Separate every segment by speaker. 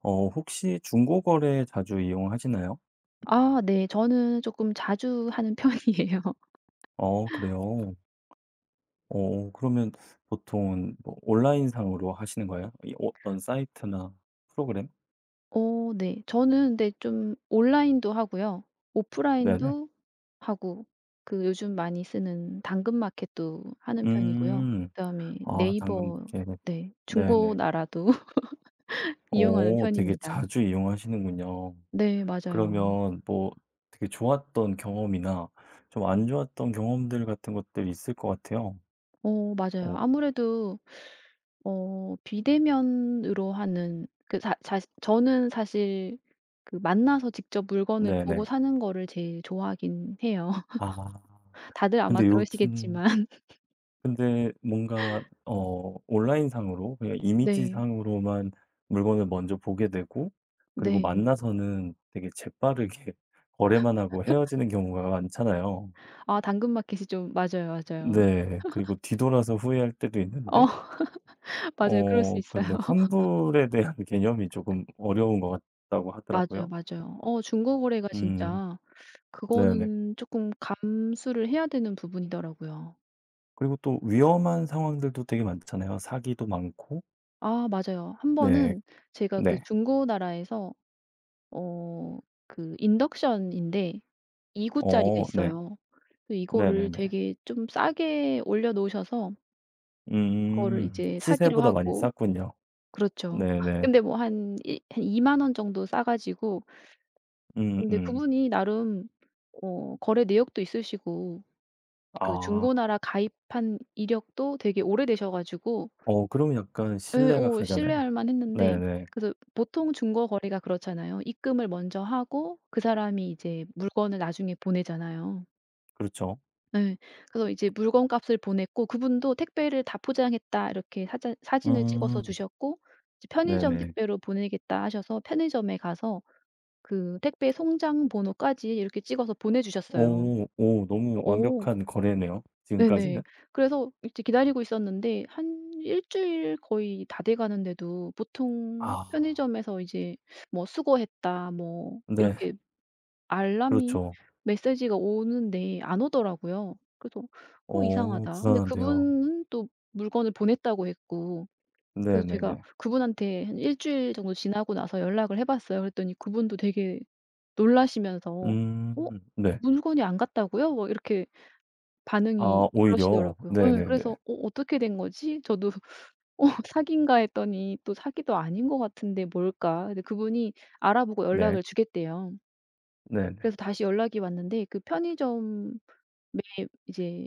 Speaker 1: 혹시 중고거래 자주 이용하시나요?
Speaker 2: 아 네. 저는 쪼끔 자주 하는 편이에요.
Speaker 1: 어, 그래요. 그러면 보통 뭐 온라인상으로 하시는 거예요? 이 어떤 사이트나 프로그램?
Speaker 2: 네. 저는 근데 좀 온라인도 하고요.
Speaker 1: 네네.
Speaker 2: 오프라인도 하고 그 요즘 많이 쓰는 당근마켓도 하는 편이고요.
Speaker 1: 음.
Speaker 2: 그다음에
Speaker 1: 아,
Speaker 2: 네이버.
Speaker 1: 당근마켓.
Speaker 2: 네.
Speaker 1: 네네.
Speaker 2: 중고나라도 이용하는
Speaker 1: 되게
Speaker 2: 편입니다.
Speaker 1: 자주 이용하시는군요.
Speaker 2: 네. 맞아요.
Speaker 1: 그러면 뭐 되게 좋았던 경험이나 좀 안 좋았던 경험들 같은 것들 있을 것 같아요.
Speaker 2: 맞아요.
Speaker 1: 어,
Speaker 2: 아무래도 비대면으로 하는 그 자 자시 저는 사실 그 만나서 직접 물건을 보고
Speaker 1: 네네.
Speaker 2: 사는 거를 제일 좋아하긴 해요.
Speaker 1: 아,
Speaker 2: 다들 아마
Speaker 1: 근데 요즘,
Speaker 2: 그러시겠지만
Speaker 1: 근데 뭔가 온라인상으로 그냥
Speaker 2: 네.
Speaker 1: 이미지상으로만 물건을 먼저 보게 되고 그리고
Speaker 2: 네.
Speaker 1: 만나서는 되게 재빠르게 거래만 하고 헤어지는 경우가 많잖아요.
Speaker 2: 아 당근마켓이 좀. 맞아요, 맞아요.
Speaker 1: 네. 그리고 뒤돌아서 후회할 때도
Speaker 2: 어
Speaker 1: 있는데
Speaker 2: 맞아요. 그럴 수 있어요.
Speaker 1: 근데 환불에 대한 개념이 조금 어려운 것 같다고
Speaker 2: 맞아요,
Speaker 1: 하더라고요.
Speaker 2: 맞아요. 중고 거래가
Speaker 1: 음.
Speaker 2: 진짜
Speaker 1: 네네.
Speaker 2: 그거는 조금 감수를 해야 되는 부분이더라고요.
Speaker 1: 그리고 또 위험한 상황들도 되게 많잖아요. 사기도 많고.
Speaker 2: 아 맞아요. 한
Speaker 1: 네.
Speaker 2: 번은 제가 그
Speaker 1: 네.
Speaker 2: 중고 나라에서 어 그 인덕션인데 2 구짜리가
Speaker 1: 어, 네.
Speaker 2: 있어요. 그 이거를
Speaker 1: 네네네.
Speaker 2: 되게 좀 싸게 올려 놓으셔서 그거를
Speaker 1: 음.
Speaker 2: 이제 사기로
Speaker 1: 시세보다 많이
Speaker 2: 하고.
Speaker 1: 쌌군요.
Speaker 2: 그렇죠.
Speaker 1: 네네.
Speaker 2: 근데 뭐 한 이 한2만원 정도 싸 가지고. 근데
Speaker 1: 음음.
Speaker 2: 그분이 나름 거래 내역도 있으시고 그
Speaker 1: 아.
Speaker 2: 중고나라 가입한 이력도 되게 오래되셔 가지고,
Speaker 1: 그러면 약간
Speaker 2: 예,
Speaker 1: 신뢰가 가잖아요.
Speaker 2: 신뢰할 만했는데.
Speaker 1: 네네.
Speaker 2: 그래서 보통 중고 거래가 그렇잖아요. 입금을 먼저 하고 그 사람이 이제 물건을 나중에 보내잖아요.
Speaker 1: 그렇죠.
Speaker 2: 예. 그래서 이제 물건값을 보냈고, 그분도 "택배를 다 포장했다." 이렇게 사자 사진을 찍어서
Speaker 1: 음.
Speaker 2: 주셨고, 이제 "편의점
Speaker 1: 네네.
Speaker 2: 택배로 보내겠다." 하셔서 편의점에 가서 그 택배 송장 번호까지 이렇게 찍어서 보내 주셨어요.
Speaker 1: 오. 오, 너무
Speaker 2: 어
Speaker 1: 완벽한 거래네요, 지금까지는.
Speaker 2: 네네. 그래서 이제 기다리고 있었는데 한 일 주일 거의 다 돼 가는데도 보통
Speaker 1: 아.
Speaker 2: 편의점에서 이제 뭐 "수거했다." 뭐
Speaker 1: 네.
Speaker 2: 이렇게 알람이
Speaker 1: 그렇죠.
Speaker 2: 메시지가 오는데 안 오더라고요. 그래서 '어 이상하다.' 근데
Speaker 1: 불안한데요.
Speaker 2: 그분은 또 물건을 보냈다고 했고. 그래서 제가
Speaker 1: 네네네.
Speaker 2: 그분한테 한 일 주일 정도 지나고 나서 연락을 해 봤어요. 그랬더니 그분도 되게 놀라시면서 "어?
Speaker 1: 음. 네.
Speaker 2: 물건이 안 갔다고요?" 뭐 이렇게 반응이
Speaker 1: 아, 오히려.
Speaker 2: 그러시더라고요. 예. 그래서
Speaker 1: 네네네.
Speaker 2: '어 어떻게 된 거지?' 저도 '어 사기인가?' 했더니 또 사기도 아닌 것 같은데 뭘까? 근데 그분이 알아보고
Speaker 1: 네.
Speaker 2: 연락을 주겠대요.
Speaker 1: 네네.
Speaker 2: 그래서 다시 연락이 왔는데, 그 편의점에 이제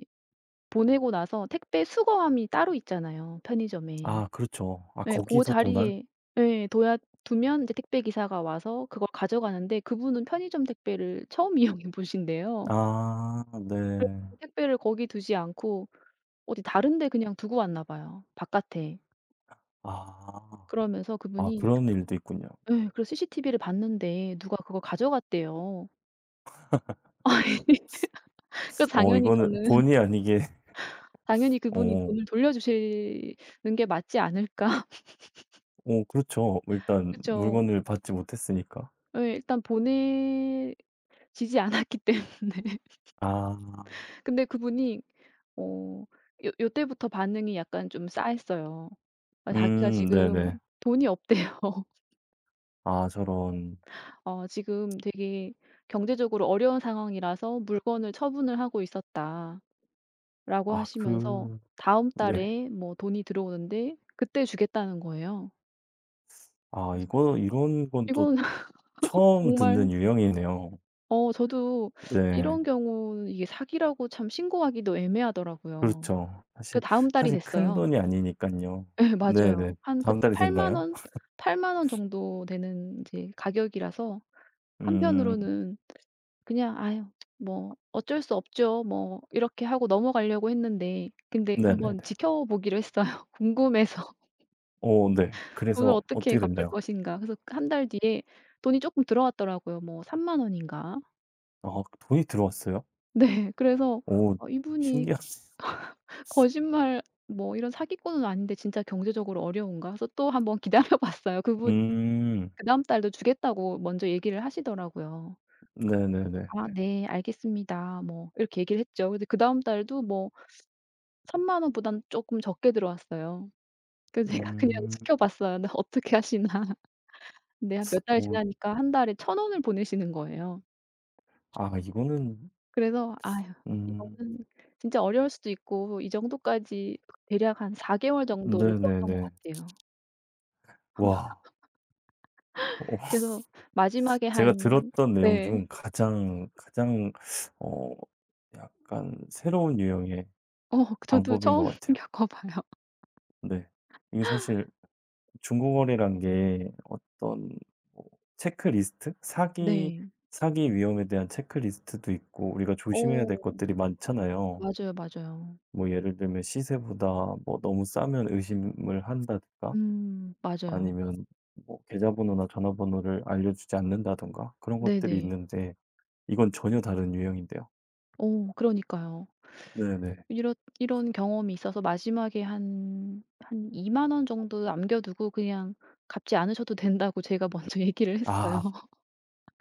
Speaker 2: 보내고 나서 택배 수거함이 따로 있잖아요, 편의점에.
Speaker 1: 아, 그렇죠. 아,
Speaker 2: 예. 고
Speaker 1: 거기서 도난?
Speaker 2: 자리에, 예, 둬야 두면 이제 택배 기사가 와서 그걸 가져가는데, 그분은 편의점 택배를 처음 이용해 보신대요.
Speaker 1: 아,
Speaker 2: 그래서
Speaker 1: 네.
Speaker 2: 택배를 거기 두지 않고 어디 다른 데 그냥 두고 왔나 봐요, 바깥에.
Speaker 1: 아.
Speaker 2: 그러면서
Speaker 1: 아,
Speaker 2: 그분이,
Speaker 1: 그런 일도 있군요.
Speaker 2: 예, 그래서 CCTV를 봤는데 누가 그걸 가져갔대요. 아니, 그래서 당연히
Speaker 1: 이거는
Speaker 2: 저는
Speaker 1: 본의 아니게
Speaker 2: 당연히 그분이
Speaker 1: 어
Speaker 2: 돈을 돌려주시는 게 맞지 않을까.
Speaker 1: 어, 그렇죠. 일단
Speaker 2: 그죠.
Speaker 1: 물건을 받지 못했으니까.
Speaker 2: 예 일단 보내지지 않았기 때문에.
Speaker 1: 아.
Speaker 2: 근데 그분이 어 요 요때부터 반응이 약간 좀 싸했어요. 아 자기가
Speaker 1: 음,
Speaker 2: 지금
Speaker 1: 네네.
Speaker 2: 돈이 없대요.
Speaker 1: 아, 저런.
Speaker 2: "지금 되게 경제적으로 어려운 상황이라서 물건을 처분을 하고 있었다."라고
Speaker 1: 아,
Speaker 2: 하시면서 다음
Speaker 1: 네.
Speaker 2: 달에 뭐 돈이 들어오는데 그때 주겠다는 거예요.
Speaker 1: 아, 이거 이런 건 또
Speaker 2: 이건
Speaker 1: 처음
Speaker 2: 정말
Speaker 1: 듣는 유형이네요.
Speaker 2: 저도
Speaker 1: 네.
Speaker 2: 이런 경우는 이게 사기라고 참 신고하기도 애매하더라고요.
Speaker 1: 그렇죠.
Speaker 2: 그
Speaker 1: 사실,
Speaker 2: 다음 달이
Speaker 1: 사실
Speaker 2: 됐어요.
Speaker 1: 큰돈이 아니니까요.
Speaker 2: 네,
Speaker 1: 네네.
Speaker 2: 맞아요. 한
Speaker 1: 다음
Speaker 2: 그때
Speaker 1: 달이
Speaker 2: 8만
Speaker 1: 됐나요?
Speaker 2: 원, 8만원 정도 되는 이제 가격이라서,
Speaker 1: 음,
Speaker 2: 한편으로는 그냥 '아유 뭐 어쩔 수 없죠. 뭐.' 이렇게 하고 넘어가려고 했는데, 근데
Speaker 1: 네네네.
Speaker 2: 한번 지켜보기로 했어요. 궁금해서
Speaker 1: 어, 네.
Speaker 2: 돈을
Speaker 1: 그래서
Speaker 2: 어떻게
Speaker 1: 어떻게
Speaker 2: 갚을
Speaker 1: 됐나요?
Speaker 2: 것인가. 그래서 한 달 뒤에 돈이 조금 들어왔더라고요. 뭐3만 원인가?
Speaker 1: 아, 돈이 들어왔어요?
Speaker 2: 네. 그래서
Speaker 1: 오,
Speaker 2: 이분이
Speaker 1: 신기하네요.
Speaker 2: 거 거짓말 뭐 이런 사기꾼은 아닌데 진짜 경제적으로 어려운가? 그래서 또 한번 기다려 봤어요. 그분이
Speaker 1: 음.
Speaker 2: 그다음 달도 주겠다고 먼저 얘기를 하시더라고요.
Speaker 1: 네네네네.
Speaker 2: "아 네. 알겠습니다." 뭐 이렇게 얘기를 했죠. 근데 그다음 달도 뭐 1,000만 원 보단 쪼끔 적게 들어왔어요. 그래서 제가 그냥
Speaker 1: 음.
Speaker 2: 지켜봤어요. '나 어떻게 하시나.' 근데 한 몇 달
Speaker 1: 오..
Speaker 2: 지나니까 한 달에 천 원을 보내시는 거예요.
Speaker 1: 아, 이거는,
Speaker 2: 그래서 아휴
Speaker 1: 음,
Speaker 2: 이거는 진짜 어려울 수도 있고 이 정도까지 대략 한 4개월 개월 정도를 끌었던 것
Speaker 1: 네네네.
Speaker 2: 같아요.
Speaker 1: 와. 어
Speaker 2: 그래서 마지막에
Speaker 1: 제가
Speaker 2: 한.
Speaker 1: 들었던 내용
Speaker 2: 네.
Speaker 1: 중 가장, 어 약간 새로운 유형의
Speaker 2: 어 저도
Speaker 1: 방법인 것
Speaker 2: 처음
Speaker 1: 같아요.
Speaker 2: 겪어 봐요.
Speaker 1: 네. 이게 사실 중고거래란 게 어떤 뭐 체크리스트? 사기
Speaker 2: 네.
Speaker 1: 사기 위험에 대한 체크리스트도 있고 우리가 조심해야 될
Speaker 2: 어
Speaker 1: 것들이 많잖아요.
Speaker 2: 맞아요, 맞아요.
Speaker 1: 뭐 예를 들면 시세보다 뭐 너무 싸면 의심을 한다든가
Speaker 2: 맞아요.
Speaker 1: 아니면 뭐 계좌번호나 전화번호를 알려주지 않는다든가 그런 것들이
Speaker 2: 네네.
Speaker 1: 있는데 이건 전혀 다른 유형인데요.
Speaker 2: 어 그러니까요.
Speaker 1: 네네.
Speaker 2: 이런 이런 경험이 있어서 마지막에 한 한2만원 정도 남겨 두고 그냥 갚지 않으셔도 된다고 제가 먼저 얘기를 했어요.
Speaker 1: 아,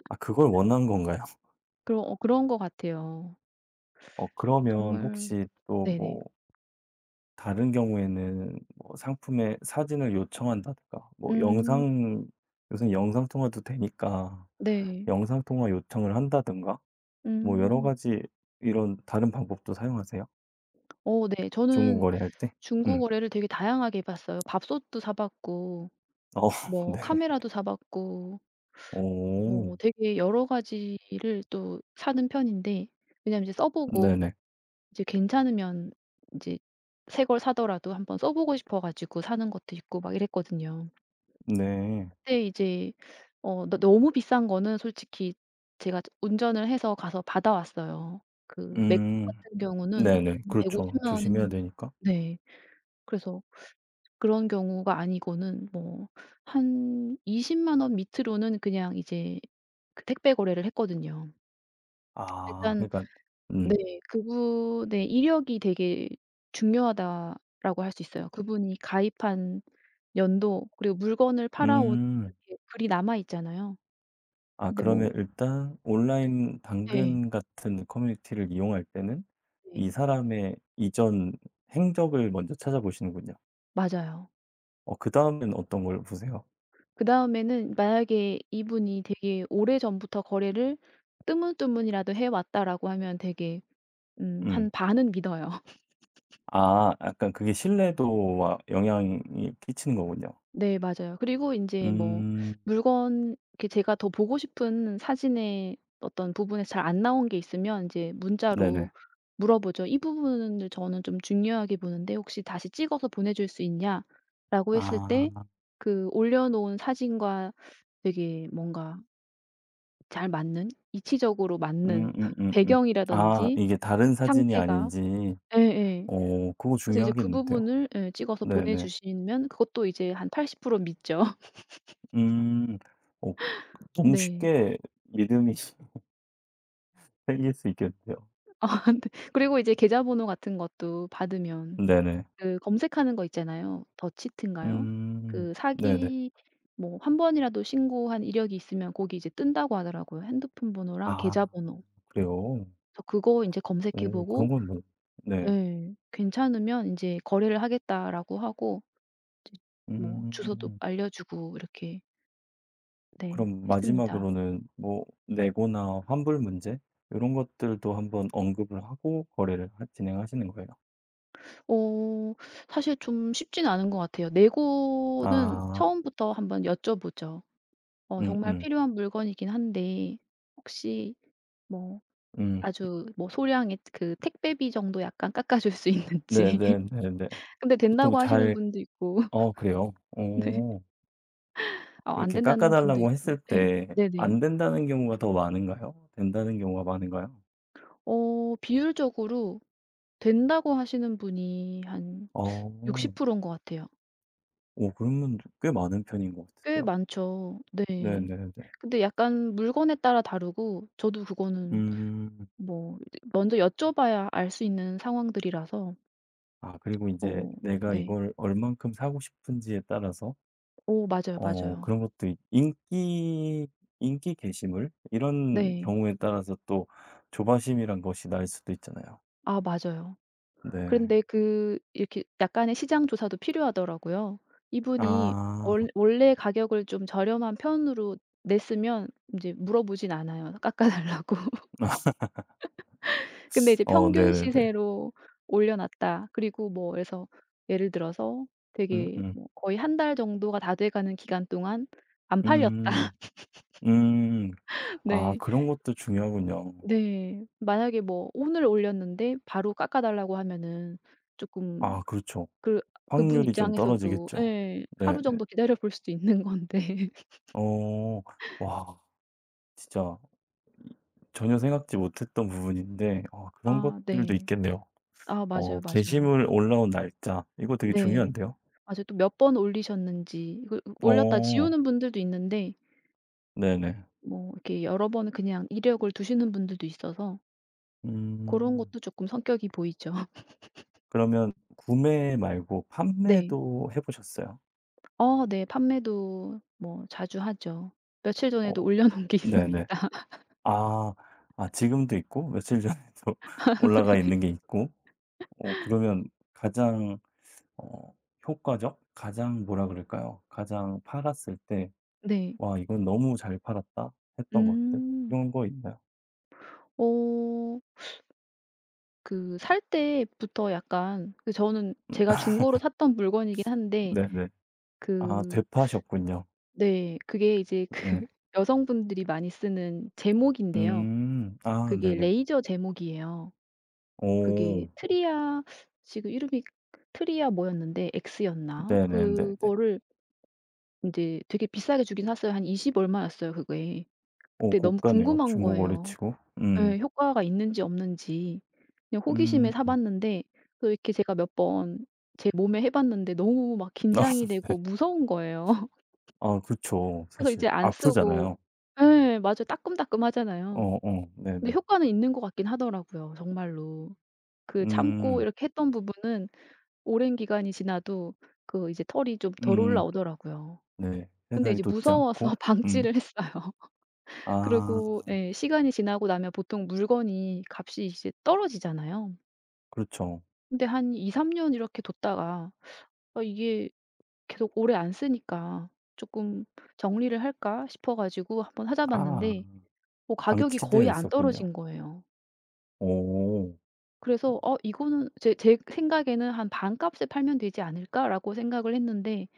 Speaker 1: 아, 그걸 원한 건가요?
Speaker 2: 그런 것 같아요.
Speaker 1: 그러면
Speaker 2: 정말.
Speaker 1: 혹시 또
Speaker 2: 네네.
Speaker 1: 뭐 다른 경우에는 뭐 상품의 사진을 요청한다든가 뭐
Speaker 2: 음
Speaker 1: 영상, 요새 영상 통화도 되니까
Speaker 2: 네.
Speaker 1: 영상 통화 요청을 한다든가 뭐 여러
Speaker 2: 음.
Speaker 1: 가지 이런 다른 방법도 사용하세요?
Speaker 2: 어 네. 저는
Speaker 1: 중국거리 할 때?
Speaker 2: 중고
Speaker 1: 음.
Speaker 2: 거래를 되게 다양하게 해 봤어요. 밥솥도 사 봤고
Speaker 1: 어
Speaker 2: 뭐
Speaker 1: 네.
Speaker 2: 카메라도 사 봤고
Speaker 1: 오...
Speaker 2: 뭐 되게 여러 가지를 또 사는 편인데, 왜냐면 이제 써 보고
Speaker 1: 네네.
Speaker 2: 이제 괜찮으면 이제 새 걸 사더라도 한번 써 보고 싶어 가지고 사는 것도 있고 막 이랬거든요.
Speaker 1: 네.
Speaker 2: 근데 이제 어 너 너무 비싼 거는 솔직히 제가 운전을 해서 가서 받아왔어요. 그 맥북
Speaker 1: 음.
Speaker 2: 같은 경우는
Speaker 1: 네네.
Speaker 2: 1 5 0
Speaker 1: 그렇죠.
Speaker 2: 만원
Speaker 1: 조심해야
Speaker 2: 했는데.
Speaker 1: 되니까.
Speaker 2: 네. 그래서 그런 경우가 아니고는 뭐 한 20만 원 밑으로는 그냥 이제 그 택배 거래를 했거든요.
Speaker 1: 아,
Speaker 2: 일단.
Speaker 1: 그러니까
Speaker 2: 네.
Speaker 1: 음.
Speaker 2: 그분의 이력이 되게 중요하다라고 할 수 있어요. 그분이 가입한 연도 그리고 물건을 팔아 온
Speaker 1: 음.
Speaker 2: 이렇게 글이 남아 있잖아요.
Speaker 1: 아,
Speaker 2: 근데 뭐
Speaker 1: 그러면 일단
Speaker 2: 그.
Speaker 1: 온라인
Speaker 2: 예.
Speaker 1: 당근 같은 커뮤니티를 이용할 때는 이
Speaker 2: 네.
Speaker 1: 사람의 이전 행적을 먼저 찾아보시는군요.
Speaker 2: 맞아요.
Speaker 1: 그다음엔 어떤 걸 보세요?
Speaker 2: 그다음에는 만약에 이분이 되게 오래전부터 거래를 뜨문뜨문이라도 해 왔다라고 하면 되게
Speaker 1: 음.
Speaker 2: 한 반은 믿어요.
Speaker 1: 아, 약간 그게 신뢰도와 영향이 끼치는 거군요.
Speaker 2: 네 맞아요. 그리고 인제 뭐
Speaker 1: 음.
Speaker 2: 물건 이렇게 제가 더 보고 싶은 사진의 어떤 부분에서 잘 안 나온 게 있으면 인제
Speaker 1: 네네.
Speaker 2: 문자로 물어보죠. "이 부분을 저는 좀 중요하게 보는데 혹시 다시 찍어서 보내줄 수 있냐?"라고 했을 때,
Speaker 1: 아.
Speaker 2: 그 올려놓은 사진과 되게 뭔가 잘 맞는, 이치적으로 맞는
Speaker 1: 음음음음. 아,
Speaker 2: 배경이라든지
Speaker 1: 이게 다른 사진이
Speaker 2: 상태가,
Speaker 1: 아닌지.
Speaker 2: 예예.
Speaker 1: 어, 그거
Speaker 2: 그래서 이제 그
Speaker 1: 중요하겠는데요.
Speaker 2: 부분을 예 찍어서
Speaker 1: 네네.
Speaker 2: 보내주시면 그것도 이제 한 80% 믿죠.
Speaker 1: 음. 어 너무
Speaker 2: 네.
Speaker 1: 쉽게 믿음이 생길 수 있겠는데요.
Speaker 2: 아 근데 그리고 이제 계좌번호 같은 것도 받으면
Speaker 1: 네네.
Speaker 2: 그 검색하는 거 있잖아요. 더치트인가요?
Speaker 1: 음.
Speaker 2: 그
Speaker 1: 네네.
Speaker 2: 사기 뭐 한 번이라도 신고한 이력이 있으면 거기 이제 뜬다고 하더라고요, 핸드폰 번호랑
Speaker 1: 아,
Speaker 2: 계좌번호.
Speaker 1: 그래요?
Speaker 2: 그래서 그거 인제 검색해
Speaker 1: 오, 그런
Speaker 2: 보고
Speaker 1: 건 뭐 네.
Speaker 2: 예 괜찮으면 인제 "거래를 하겠다."라고 하고 이제 뭐 주소도
Speaker 1: 음.
Speaker 2: 알려주고 이렇게 네
Speaker 1: 그럼
Speaker 2: 했습니다.
Speaker 1: 마지막으로는 뭐 내고나 환불 문제 이런 것들도 한번 언급을 하고 거래를 하 진행하시는 거예요?
Speaker 2: 어 사실 좀 쉽지는 않은 것 같아요. 네고는
Speaker 1: 아.
Speaker 2: 처음부터 한번 여쭤보죠.
Speaker 1: 음음.
Speaker 2: 정말
Speaker 1: 음.
Speaker 2: 필요한 물건이긴 한데 혹시 뭐
Speaker 1: 음.
Speaker 2: 아주 뭐 소량의 그 택배비 정도 약간 깎아 줄 수 있는지.
Speaker 1: 네네네네.
Speaker 2: 근데
Speaker 1: 보통
Speaker 2: 된다고 하시는
Speaker 1: 잘,
Speaker 2: 분도 있고
Speaker 1: 어 그래요?
Speaker 2: 네.
Speaker 1: 어.
Speaker 2: 아 안
Speaker 1: 이렇게 깎아
Speaker 2: 된다는 분도
Speaker 1: 달라고
Speaker 2: 있고.
Speaker 1: 했을
Speaker 2: 네
Speaker 1: 때
Speaker 2: 네네.
Speaker 1: 안 된다는 경우가 더 많은가요? 된다는 경우가 많은가요?
Speaker 2: 비율적으로 된다고 하시는 분이 한
Speaker 1: 어.
Speaker 2: 60%인 것 같아요.
Speaker 1: 오, 그러면 꽤 많은 편인 것
Speaker 2: 꽤
Speaker 1: 같은데요.
Speaker 2: 많죠. 네.
Speaker 1: 네네네.
Speaker 2: 근데 약간 물건에 따라 다르고 저도 그거는
Speaker 1: 음.
Speaker 2: 뭐 먼저 여쭤봐야 알 수 있는 상황들이라서.
Speaker 1: 아, 그리고 이제
Speaker 2: 어
Speaker 1: 내가
Speaker 2: 네.
Speaker 1: 이걸 얼만큼 사고 싶은지에 따라서
Speaker 2: 오 맞아요,
Speaker 1: 어
Speaker 2: 맞아요.
Speaker 1: 그런 것도 있- 인기 인기 게시물 이런
Speaker 2: 네.
Speaker 1: 경우에 따라서 또 조바심이란 것이 날 수도 있잖아요.
Speaker 2: 아 맞아요.
Speaker 1: 네.
Speaker 2: 그런데 그 이렇게 약간의 시장 조사도 필요하더라고요. 이분이
Speaker 1: 아.
Speaker 2: 원 원래 가격을 좀 저렴한 편으로 냈으면 인제 물어보진 않아요, 깎아 달라고. 근데 이제
Speaker 1: 어,
Speaker 2: 평균
Speaker 1: 네네네.
Speaker 2: 시세로 올려 놨다. 그리고 뭐 그래서 예를 들어서 되게
Speaker 1: 음음.
Speaker 2: 뭐 거의 한 달 정도가 다 돼 가는 기간 동안 안 팔렸다.
Speaker 1: 음. 음. 아,
Speaker 2: 네.
Speaker 1: 그런 것도 중요하군요.
Speaker 2: 네. 만약에 뭐 오늘 올렸는데 바로 깎아 달라고 하면은 쪼끔
Speaker 1: 아, 그렇죠.
Speaker 2: 그 그분
Speaker 1: 확률이 좀
Speaker 2: 입장에서도
Speaker 1: 떨어지겠죠.
Speaker 2: 예
Speaker 1: 네.
Speaker 2: 하루
Speaker 1: 네.
Speaker 2: 정도 기다려 볼 수도 있는 건데.
Speaker 1: 어. 와, 진짜 전혀 생각지 못했던 부분인데 어 그런
Speaker 2: 아
Speaker 1: 것들도
Speaker 2: 네.
Speaker 1: 있겠네요.
Speaker 2: 아 맞아요, 맞아요.
Speaker 1: 게시물 올라온 날짜 이거 되게
Speaker 2: 네.
Speaker 1: 중요한데요.
Speaker 2: 맞아요. 또 몇 번 올리셨는지, 이걸 올렸다
Speaker 1: 어,
Speaker 2: 지우는 분들도 있는데
Speaker 1: 네네.
Speaker 2: 뭐 이렇게 여러 번을 그냥 이력을 두시는 분들도 있어서 고런
Speaker 1: 음.
Speaker 2: 것도 쪼끔 성격이 보이죠.
Speaker 1: 그러면 구매 말고
Speaker 2: 네.
Speaker 1: 판매도 해 보셨어요?
Speaker 2: 어 네. 판매도 뭐 자주 하죠. 며칠
Speaker 1: 어,
Speaker 2: 전에도 올려 놓은 게 있습니다.
Speaker 1: 네네. 아. 아, 지금도 있고 며칠 전에도 올라가 있는 게 있고. 그러면 가장, 어 효과적? 가장 뭐라 그럴까요? 가장 팔았을 때
Speaker 2: 네.
Speaker 1: '와, 이건 너무 잘 팔았다.' 했던 것들?
Speaker 2: 음.
Speaker 1: 그런 거 있나요?
Speaker 2: 어 그 살 때부터 약간 그, 저는 제가 중고로 샀던 물건이긴 한데.
Speaker 1: 네네. 아,
Speaker 2: 그.
Speaker 1: 되파셨군요.
Speaker 2: 네. 그게 이제 그
Speaker 1: 네.
Speaker 2: 여성분들이 많이 쓰는 제목인데요.
Speaker 1: 음. 아,
Speaker 2: 그게
Speaker 1: 네네.
Speaker 2: 레이저 제목이에요. 그게
Speaker 1: 오.
Speaker 2: 트리아, 지금 이름이 트리아 뭐였는데 X였나?
Speaker 1: 네네네네.
Speaker 2: 그거를 인제 되게 비싸게 주긴 샀어요. 한 20 얼마였어요 그게.
Speaker 1: 오,
Speaker 2: 근데 너무
Speaker 1: 고가네요,
Speaker 2: 궁금한
Speaker 1: 중국어래
Speaker 2: 거예요.
Speaker 1: 치고. 음.
Speaker 2: 예. 효과가 있는지 없는지 그냥 호기심에 사
Speaker 1: 음.
Speaker 2: 봤는데, 또 이렇게 제가 몇 번 제 몸에 해 봤는데 너무 막 긴장이 되고 무서운 거예요.
Speaker 1: 아, 그쵸.
Speaker 2: 그래서
Speaker 1: 사실
Speaker 2: 이제 안 쓰고.
Speaker 1: 아프잖아요.
Speaker 2: 예. 맞아요. 따끔따끔하잖아요.
Speaker 1: 어어.
Speaker 2: 근데
Speaker 1: 네네.
Speaker 2: 효과는 있는 것 같긴 하더라고요 정말로. 그 참고
Speaker 1: 음.
Speaker 2: 이렇게 했던 부분은 오랜 기간이 지나도 그 이제 털이 좀 덜
Speaker 1: 음.
Speaker 2: 올라오더라고요.
Speaker 1: 네. 회
Speaker 2: 근데
Speaker 1: 사이
Speaker 2: 이제
Speaker 1: 돋지 않고.
Speaker 2: 무서워서
Speaker 1: 음.
Speaker 2: 방치를 했어요.
Speaker 1: 아,
Speaker 2: 그리고 예. 시간이 지나고 나면 보통 물건이 값이 이제 떨어지잖아요.
Speaker 1: 그렇죠.
Speaker 2: 근데 한 2-3년 이렇게 뒀다가 아 이게 계속 오래 안 쓰니까 '조금 정리를 할까?' 싶어 가지고 한번
Speaker 1: 아,
Speaker 2: 찾아봤는데 뭐 가격이
Speaker 1: 방치되어
Speaker 2: 거의 안
Speaker 1: 있었군요.
Speaker 2: 떨어진 거예요.
Speaker 1: 오.
Speaker 2: 그래서 '어 이거는', 제 생각에는 '한 반값에 팔면 되지 않을까?'라고 생각을 했는데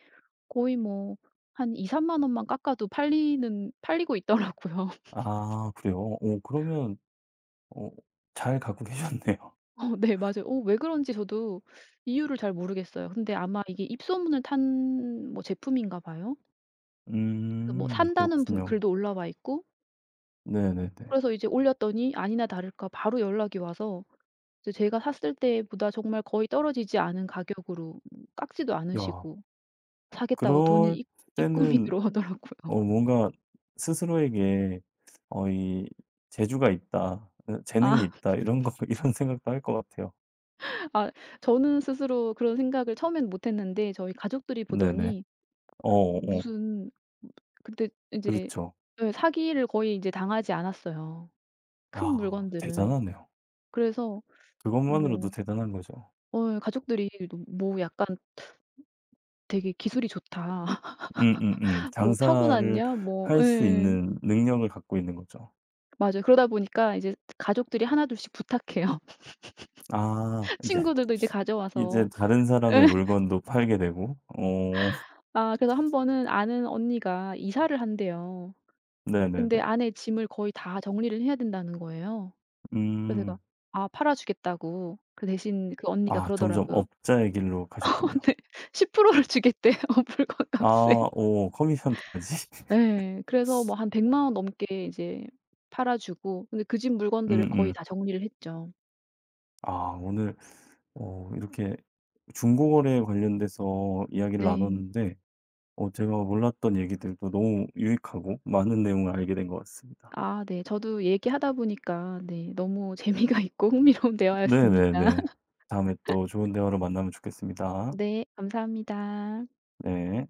Speaker 2: 거의 뭐 한 2-3만 원만 깎아도 팔리는 팔리고 있더라고요.
Speaker 1: 아, 그래요? 오, 그러면 어 잘 갖고 계셨네요.
Speaker 2: 어 네 맞아요. 왜 그런지 저도 이유를 잘 모르겠어요. 근데 아마 이게 입소문을 탄 뭐 제품인가 봐요. 그래서 뭐 산다는 분
Speaker 1: 그렇군요.
Speaker 2: 글도 올라와 있고.
Speaker 1: 네네네.
Speaker 2: 그래서 이제 올렸더니 아니나 다를까 바로 연락이 와서 이제 제가 샀을 때보다 정말 거의 떨어지지 않은 가격으로 깎지도
Speaker 1: 야,
Speaker 2: 않으시고 사겠다고 돈이
Speaker 1: 그럴
Speaker 2: 입 입금이
Speaker 1: 때는
Speaker 2: 들어오더라고요.
Speaker 1: 뭔가 스스로에게 어이, '재주가 있다. 재능이
Speaker 2: 아
Speaker 1: 있다.' 이런 거 이런 생각도 할 것 같아요.
Speaker 2: 아 저는 스스로 그런 생각을 처음엔 못 했는데 저희 가족들이
Speaker 1: 네네.
Speaker 2: 보더니
Speaker 1: 어어.
Speaker 2: 무슨 그때 이제
Speaker 1: 그렇죠.
Speaker 2: 예 사기를 거의 이제 당하지 않았어요, 큰
Speaker 1: 아,
Speaker 2: 물건들은.
Speaker 1: 대단하네요.
Speaker 2: 그래서
Speaker 1: 그것만으로도
Speaker 2: 뭐
Speaker 1: 대단한 거죠.
Speaker 2: 가족들이 너 "뭐 약간 되게 기술이 좋다." 뭐
Speaker 1: 장사를
Speaker 2: "타고났냐?" 뭐.
Speaker 1: 할 수
Speaker 2: 예
Speaker 1: 있는 능력을 갖고 있는 거죠.
Speaker 2: 맞아요. 그러다 보니까 이제 가족들이 하나둘씩 부탁해요.
Speaker 1: 아, 이제,
Speaker 2: 친구들도 이제
Speaker 1: 이제
Speaker 2: 가져와서.
Speaker 1: 다른 사람의
Speaker 2: 예.
Speaker 1: 물건도 팔게 되고. 어,
Speaker 2: 아 그래서 한 번은 아는 언니가 이사를 한대요.
Speaker 1: 네네네.
Speaker 2: 근데 안에 짐을 거의 다 정리를 해야 된다는 거예요. 그래서
Speaker 1: 음.
Speaker 2: 제가 아 팔아 주겠다고. 그 대신 그 언니가
Speaker 1: 아, 점점
Speaker 2: 그러더라고요.
Speaker 1: 업자의 길로 가셨군요.
Speaker 2: 네. 10%를 주겠대요, 물건값에.
Speaker 1: 아. 오, 커미션까지.
Speaker 2: 예. 그래서 뭐 한 100만 원 넘게 이제 팔아 주고, 근데 그 집 물건들을 거의
Speaker 1: 음음.
Speaker 2: 다 정리를 했죠.
Speaker 1: 아, 오늘 이렇게 중고 거래에 관련돼서 이야기를
Speaker 2: 네.
Speaker 1: 나눴는데 제가 몰랐던 얘기들도 너무 유익하고 많은 내용을 알게 된 것 같습니다.
Speaker 2: 아 네. 저도 얘기하다 보니까 네 너무 재미가 있고 흥미로운 대화였습니다.
Speaker 1: 네네네. 다음에 또 좋은 대화로 만나면 좋겠습니다.
Speaker 2: 네. 감사합니다.
Speaker 1: 네.